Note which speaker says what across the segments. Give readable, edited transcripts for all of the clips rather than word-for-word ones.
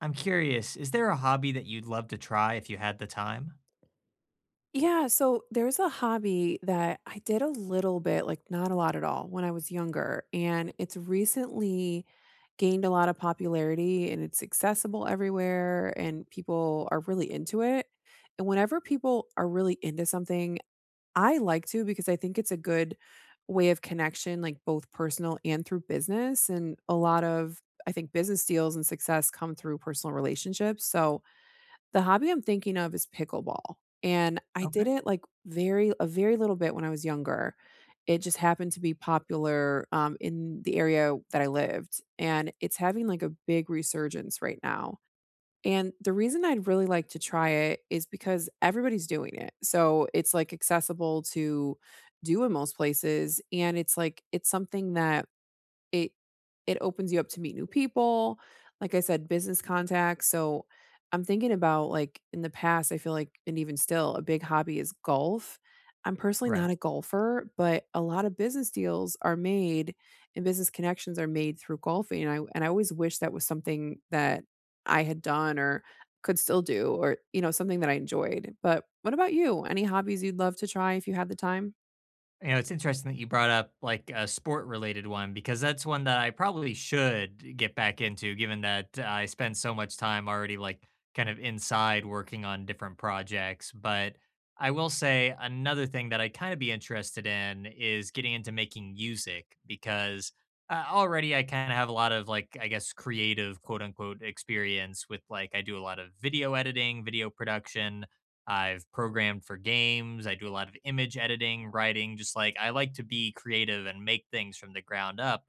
Speaker 1: I'm curious, is there a hobby that you'd love to try if you had the time?
Speaker 2: Yeah, so there's a hobby that I did a little bit, like not a lot at all, when I was younger. And it's recently gained a lot of popularity and it's accessible everywhere and people are really into it. And whenever people are really into something, I like to because I think it's a good way of connection, like both personal and through business. And a lot of, I think, business deals and success come through personal relationships. So, the hobby I'm thinking of is pickleball, and I did
Speaker 1: Okay.
Speaker 2: it, like, very a very little bit when I was younger. It just happened to be popular, in the area that I lived, and it's having, like, a big resurgence right now, and the reason I'd really like to try it is because everybody's doing it, so it's, like, accessible to do in most places, and it's, like it's something that it it opens you up to meet new people, like I said, business contacts. So I'm thinking about, like, in the past, I feel like and even still, a big hobby is golf. I'm personally not
Speaker 1: Right.
Speaker 2: a golfer, but a lot of business deals are made and business connections are made through golfing, and I always wish that was something that I had done or could still do or, you know, something that I enjoyed. But what about you? Any hobbies you'd love to try if you had the time?
Speaker 1: You know, it's interesting that you brought up like a sport related one because that's one that I probably should get back into, given that I spend so much time already like kind of inside working on different projects. But I will say another thing that I kind of be interested in is getting into making music because already I kind of have a lot of, like, I guess, creative quote unquote experience with, like, I do a lot of video editing, video production. I've programmed for games. I do a lot of image editing, writing, just like I like to be creative and make things from the ground up,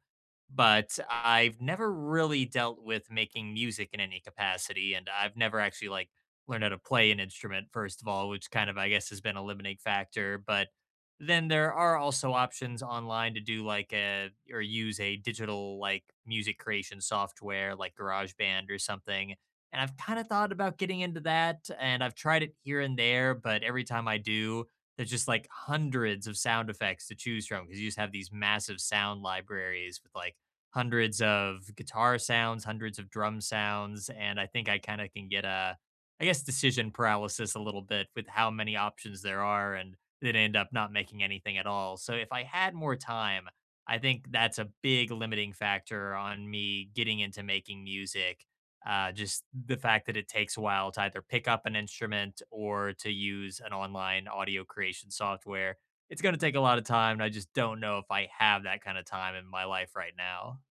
Speaker 1: but I've never really dealt with making music in any capacity, and I've never actually like learned how to play an instrument first of all, which kind of I guess has been a limiting factor. But then there are also options online to do like a or use a digital like music creation software like GarageBand or something. And I've kind of thought about getting into that, and I've tried it here and there, but every time I do, there's just like hundreds of sound effects to choose from because you just have these massive sound libraries with like hundreds of guitar sounds, hundreds of drum sounds, and I think I kinda can get a I guess decision paralysis a little bit with how many options there are and then end up not making anything at all. So if I had more time, I think that's a big limiting factor on me getting into making music. Just the fact that it takes a while to either pick up an instrument or to use an online audio creation software. It's gonna take a lot of time, and I just don't know if I have that kind of time in my life right now.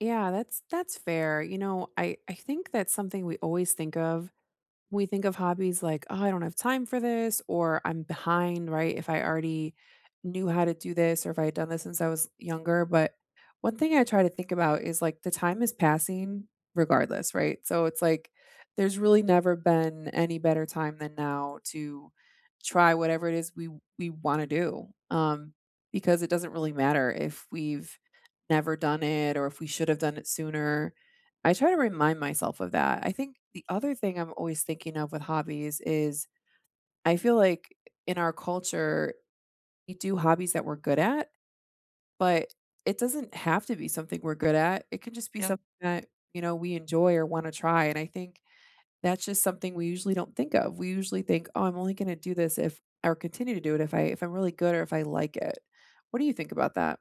Speaker 2: Yeah, that's fair. You know, I think that's something we always think of hobbies like, "Oh, I don't have time for this," or "I'm behind," right? If I already knew how to do this or if I had done this since I was younger. But one thing I try to think about is like the time is passing regardless, right? So it's like there's really never been any better time than now to try whatever it is we want to do. Because it doesn't really matter if we've never done it or if we should have done it sooner. I try to remind myself of that. I think the other thing I'm always thinking of with hobbies is I feel like in our culture, we do hobbies that we're good at, but it doesn't have to be something we're good at. It can just be
Speaker 1: Yeah.
Speaker 2: something that, you know, we enjoy or want to try. And I think that's just something we usually don't think of. We usually think, "Oh, I'm only gonna do this if or continue to do it if I'm really good or if I like it." What do you think about that?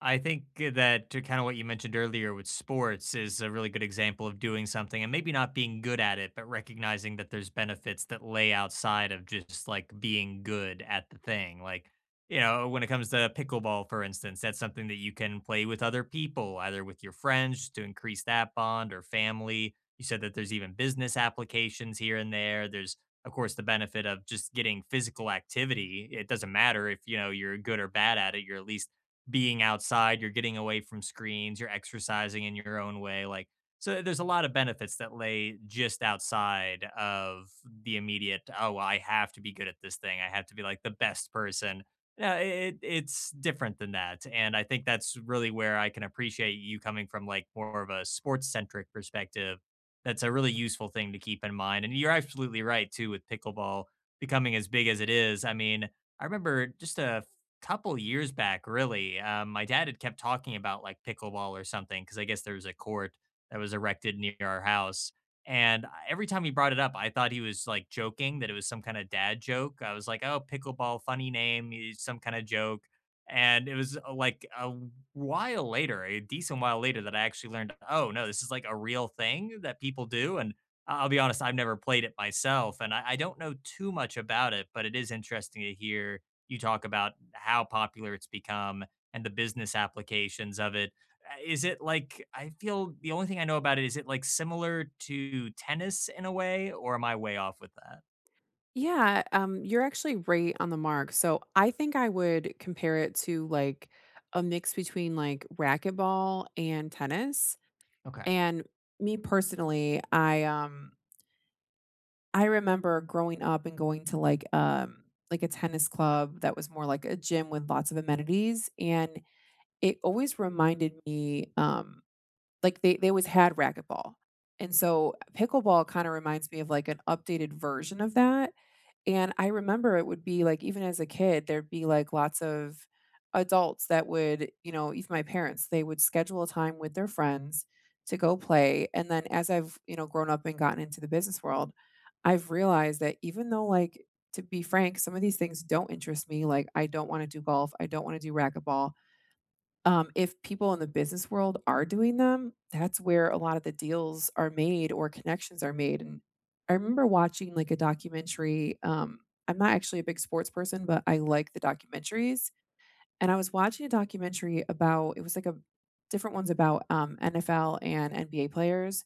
Speaker 1: I think that to kind of what you mentioned earlier with sports is a really good example of doing something and maybe not being good at it, but recognizing that there's benefits that lay outside of just like being good at the thing. Like, you know, when it comes to pickleball, for instance, that's something that you can play with other people, either with your friends just to increase that bond or family. You said that there's even business applications here and there. There's, of course, the benefit of just getting physical activity. It doesn't matter if, you know, you're good or bad at it, you're at least being outside, you're getting away from screens, you're exercising in your own way, like, so there's a lot of benefits that lay just outside of the immediate, "Oh, well, I have to be good at this thing. I have to be, like, the best person." No, it's different than that, and I think that's really where I can appreciate you coming from, like, more of a sports-centric perspective. That's a really useful thing to keep in mind, and you're absolutely right too with pickleball becoming as big as it is. I mean, I remember just a couple years back, really, my dad had kept talking about like pickleball or something because I guess there was a court that was erected near our house. And I- every time he brought it up, I thought he was like joking that it was some kind of dad joke. I was like, oh, pickleball, funny name, eh, some kind of joke. And it was like a while later, a decent while later, that I actually learned, oh, no, this is like a real thing that people do. And I- I'll be honest, I've never played it myself and I don't know too much about it, but it is interesting to hear you talk about how popular it's become and the business applications of it. Is it like, I feel the only thing I know about it is it like similar to tennis in a way, or am I way off with that?
Speaker 2: Yeah, you're actually right on the mark. So I think I would compare it to like a mix between like racquetball and tennis.
Speaker 1: Okay.
Speaker 2: And me personally, I remember growing up and going to, like, a tennis club that was more like a gym with lots of amenities, and it always reminded me, they always had racquetball, and so pickleball kinda reminds me of, like, an updated version of that, and I remember it would be like even as a kid, there'd be like lots of adults that would, you know, even my parents, they would schedule a time with their friends to go play. And then as I've, you know, grown up and gotten into the business world, I've realized that even though like to be frank, some of these things don't interest me. Like I don't want to do golf, I don't want to do racquetball. If people in the business world are doing them, that's where a lot of the deals are made or connections are made, and I remember watching, like, a documentary. I'm not actually a big sports person, but I like the documentaries, and I was watching a documentary about it was, like, a different ones about, NFL and NBA players,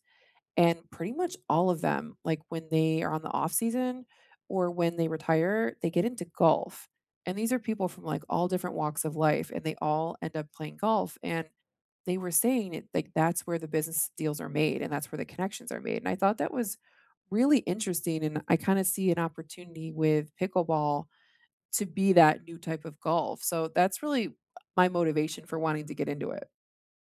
Speaker 2: and pretty much all of them, like when they are on the off season or when they retire, they get into golf. And these are people from like all different walks of life and they all end up playing golf. And they were saying it like that's where the business deals are made and that's where the connections are made. And I thought that was really interesting. And I kind of see an opportunity with pickleball to be that new type of golf. So that's really my motivation for wanting to get into it.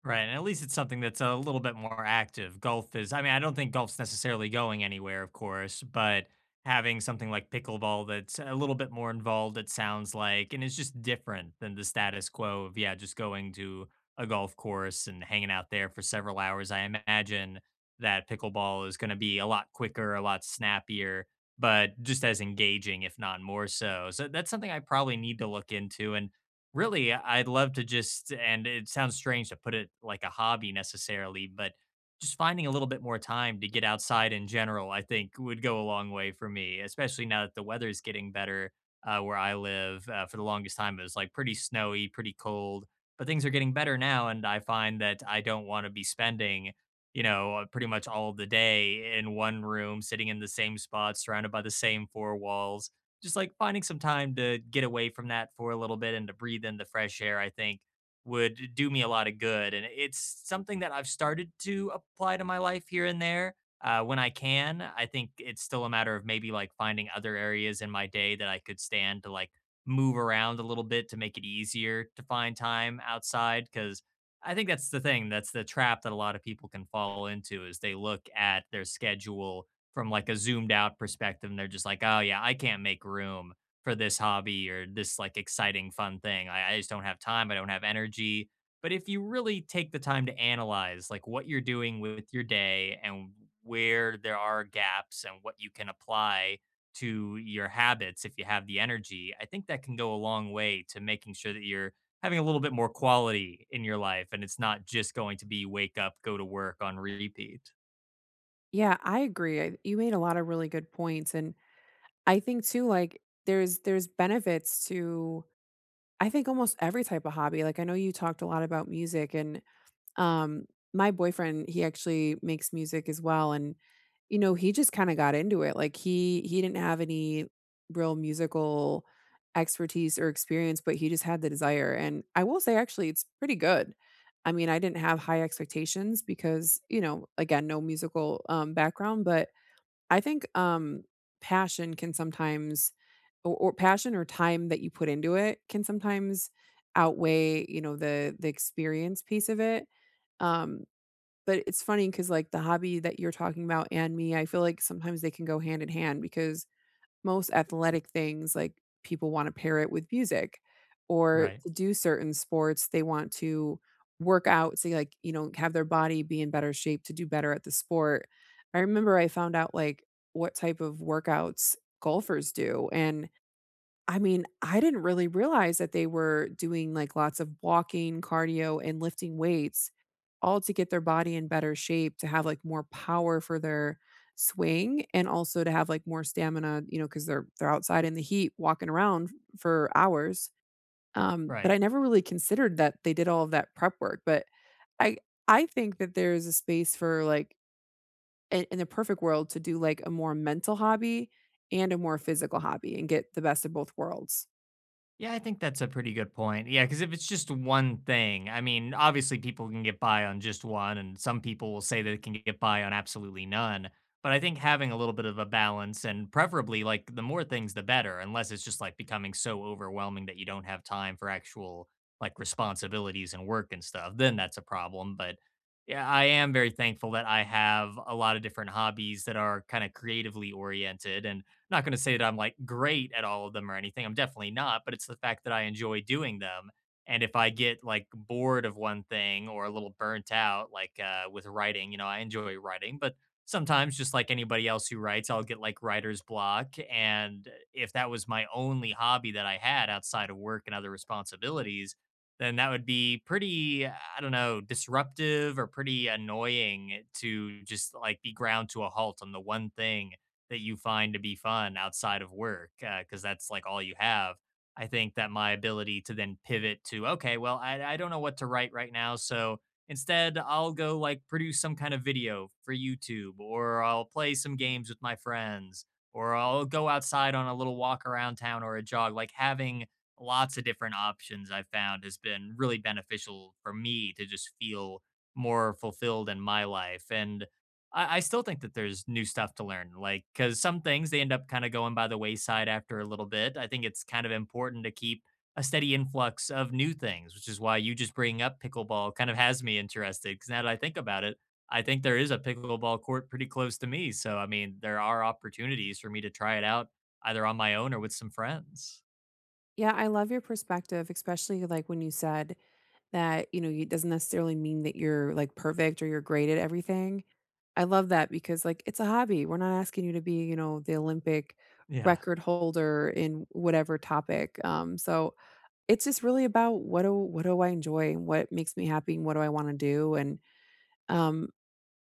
Speaker 1: Right, and at least it's something that's a little bit more active. Golf is I mean, I don't think golf's necessarily going anywhere, of course, but having something like pickleball that's a little bit more involved, it sounds like, and it's just different than the status quo of, yeah, just going to a golf course and hanging out there for several hours. I imagine that pickleball is going to be a lot quicker, a lot snappier, but just as engaging, if not more so. So that's something I probably need to look into. And really, I'd love to just and it sounds strange to put it like a hobby necessarily, but just finding a little bit more time to get outside in general, I think would go a long way for me, especially now that the weather is getting better where I live. For the longest time, it was like pretty snowy, pretty cold, but things are getting better now. And I find that I don't want to be spending, you know, pretty much all of the day in one room, sitting in the same spot, surrounded by the same four walls, just like finding some time to get away from that for a little bit and to breathe in the fresh air, I think would do me a lot of good. And it's something that I've started to apply to my life here and there when I can. I think it's still a matter of maybe like finding other areas in my day that I could stand to like move around a little bit to make it easier to find time outside. Cause I think that's the thing. That's the trap that a lot of people can fall into is they look at their schedule from like a zoomed out perspective and they're just like, "Oh yeah, I can't make room for this hobby or this like exciting fun thing. I just don't have time. I don't have energy." But if you really take the time to analyze like what you're doing with your day and where there are gaps and what you can apply to your habits if you have the energy, I think that can go a long way to making sure that you're having a little bit more quality in your life and it's not just going to be wake up, go to work on repeat.
Speaker 2: Yeah, I agree. You made a lot of really good points. And I think too, like there's benefits to I think almost every type of hobby. Like I know you talked a lot about music and um my boyfriend, he actually makes music as well, and you know, he just kind of got into it. Like he didn't have any real musical expertise or experience, but he just had the desire and I will say actually it's pretty good. I mean, I didn't have high expectations because, you know, again, no musical background, but I think passion can sometimes or passion or time that you put into it can sometimes outweigh, you know, the experience piece of it, um, but it's funny because, like, the hobby that you're talking about and me, I feel like sometimes they can go hand in hand because most athletic things, like, people wanna pair it with music, or
Speaker 1: Right.
Speaker 2: to do certain sports, they want to work out, say, like, you know, have their body be in better shape to do better at the sport. I remember I found out, like, what type of workouts golfers do, and I mean, I didn't really realize that they were doing, like, lots of walking, cardio, and lifting weights, all to get their body in better shape, to have, like, more power for their swing, and also to have, like, more stamina, you know, because they're outside in the heat walking around for hours. But
Speaker 1: Right.
Speaker 2: I never really considered that they did all of that prep work, but I I think that there's a space for, like in the perfect world, to do, like, a more mental hobby and a more physical hobby and get the best of both worlds.
Speaker 1: Yeah, I think that's a pretty good point. Yeah, because if it's just one thing, I mean, obviously people can get by on just one, and some people will say they can get by on absolutely none. But I think having a little bit of a balance and preferably like the more things, the better, unless it's just like becoming so overwhelming that you don't have time for actual like responsibilities and work and stuff, then that's a problem. But yeah, I am very thankful that I have a lot of different hobbies that are kind of creatively oriented and not going to say that I'm like great at all of them or anything. I'm definitely not, but it's the fact that I enjoy doing them. And if I get like bored of one thing or a little burnt out, like with writing, you know, I enjoy writing, but sometimes just like anybody else who writes, I'll get like writer's block. And if that was my only hobby that I had outside of work and other responsibilities, then that would be pretty, I don't know, disruptive or pretty annoying to just like be ground to a halt on the one thing that you find to be fun outside of work because that's like all you have. I think that my ability to then pivot to, okay, well, I don't know what to write right now. So instead, I'll go like produce some kind of video for YouTube or I'll play some games with my friends or I'll go outside on a little walk around town or a jog. Like having lots of different options I've found has been really beneficial for me to just feel more fulfilled in my life. And I still think that there's new stuff to learn, like because some things they end up kind of going by the wayside after a little bit. I think it's kind of important to keep a steady influx of new things, which is why you just bringing up pickleball kind of has me interested. Because now that I think about it, I think there is a pickleball court pretty close to me. So I mean, there are opportunities for me to try it out either on my own or with some friends.
Speaker 2: Yeah, I love your perspective, especially like when you said that, you know, it doesn't necessarily mean that you're like perfect or you're great at everything. I love that because like it's a hobby. We're not asking you to be, you know, the Olympic
Speaker 1: Yeah.
Speaker 2: record holder in whatever topic. So it's just really about what do I enjoy and what makes me happy and what do I want to do. And um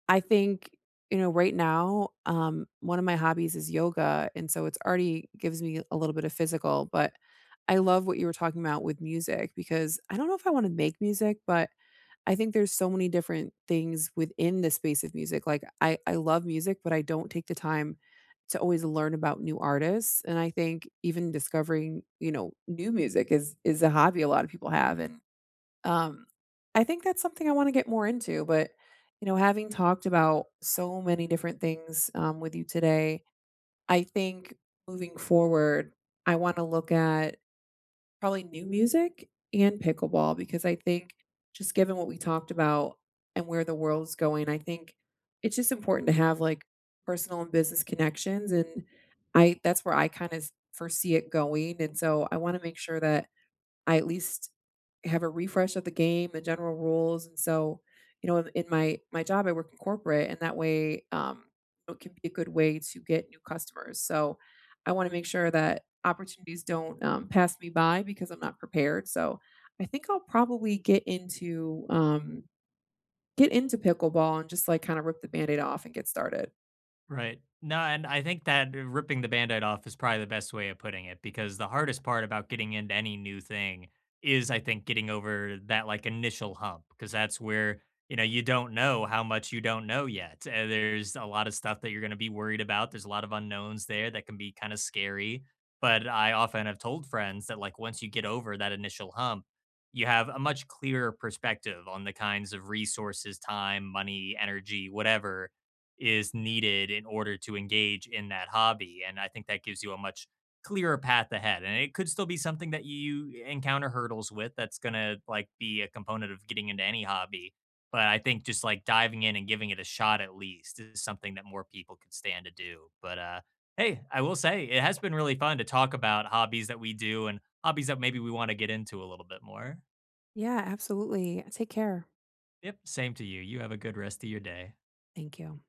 Speaker 2: I think, you know, right now, one of my hobbies is yoga, and so it's already gives me a little bit of physical, but I love what you were talking about with music because I don't know if I wanna make music, but I think there's so many different things within the space of music, like, I love music, but I don't take the time to always learn about new artists, and I think even discovering, you know, new music is a hobby a lot of people have, and um, I think that's something I wanna get more into. But, you know, having talked about so many different things, with you today, I think moving forward, I wanna look at probably new music and pickleball because I think just given what we talked about and where the world's going, I think it's just important to have, like, personal and business connections, and I that's where I kinda foresee it going, and so I wanna make sure that I at least have a refresh of the game, the general rules, and so, you know, in my job, I work in corporate, and that way, it can be a good way to get new customers, so I wanna make sure that opportunities don't, pass me by because I'm not prepared, so I think I'll probably get into pickleball and just, like, kinda rip the Band-Aid off and get started.
Speaker 1: Right. No, and I think that ripping the band-aid off is probably the best way of putting it because the hardest part about getting into any new thing is I think getting over that like initial hump because that's where, you know, you don't know how much you don't know yet. There's a lot of stuff that you're going to be worried about. There's a lot of unknowns there that can be kind of scary, but I often have told friends that like once you get over that initial hump, you have a much clearer perspective on the kinds of resources, time, money, energy, whatever is needed in order to engage in that hobby, and I think that gives you a much clearer path ahead, and it could still be something that you encounter hurdles with that's gonna, like, be a component of getting into any hobby, but I think just, like, diving in and giving it a shot at least is something that more people could stand to do, but, hey, I will say it has been really fun to talk about hobbies that we do and hobbies that maybe we wanna get into a little bit more.
Speaker 2: Yeah, absolutely. Take care.
Speaker 1: Yep, same to you. You have a good rest of your day.
Speaker 2: Thank you.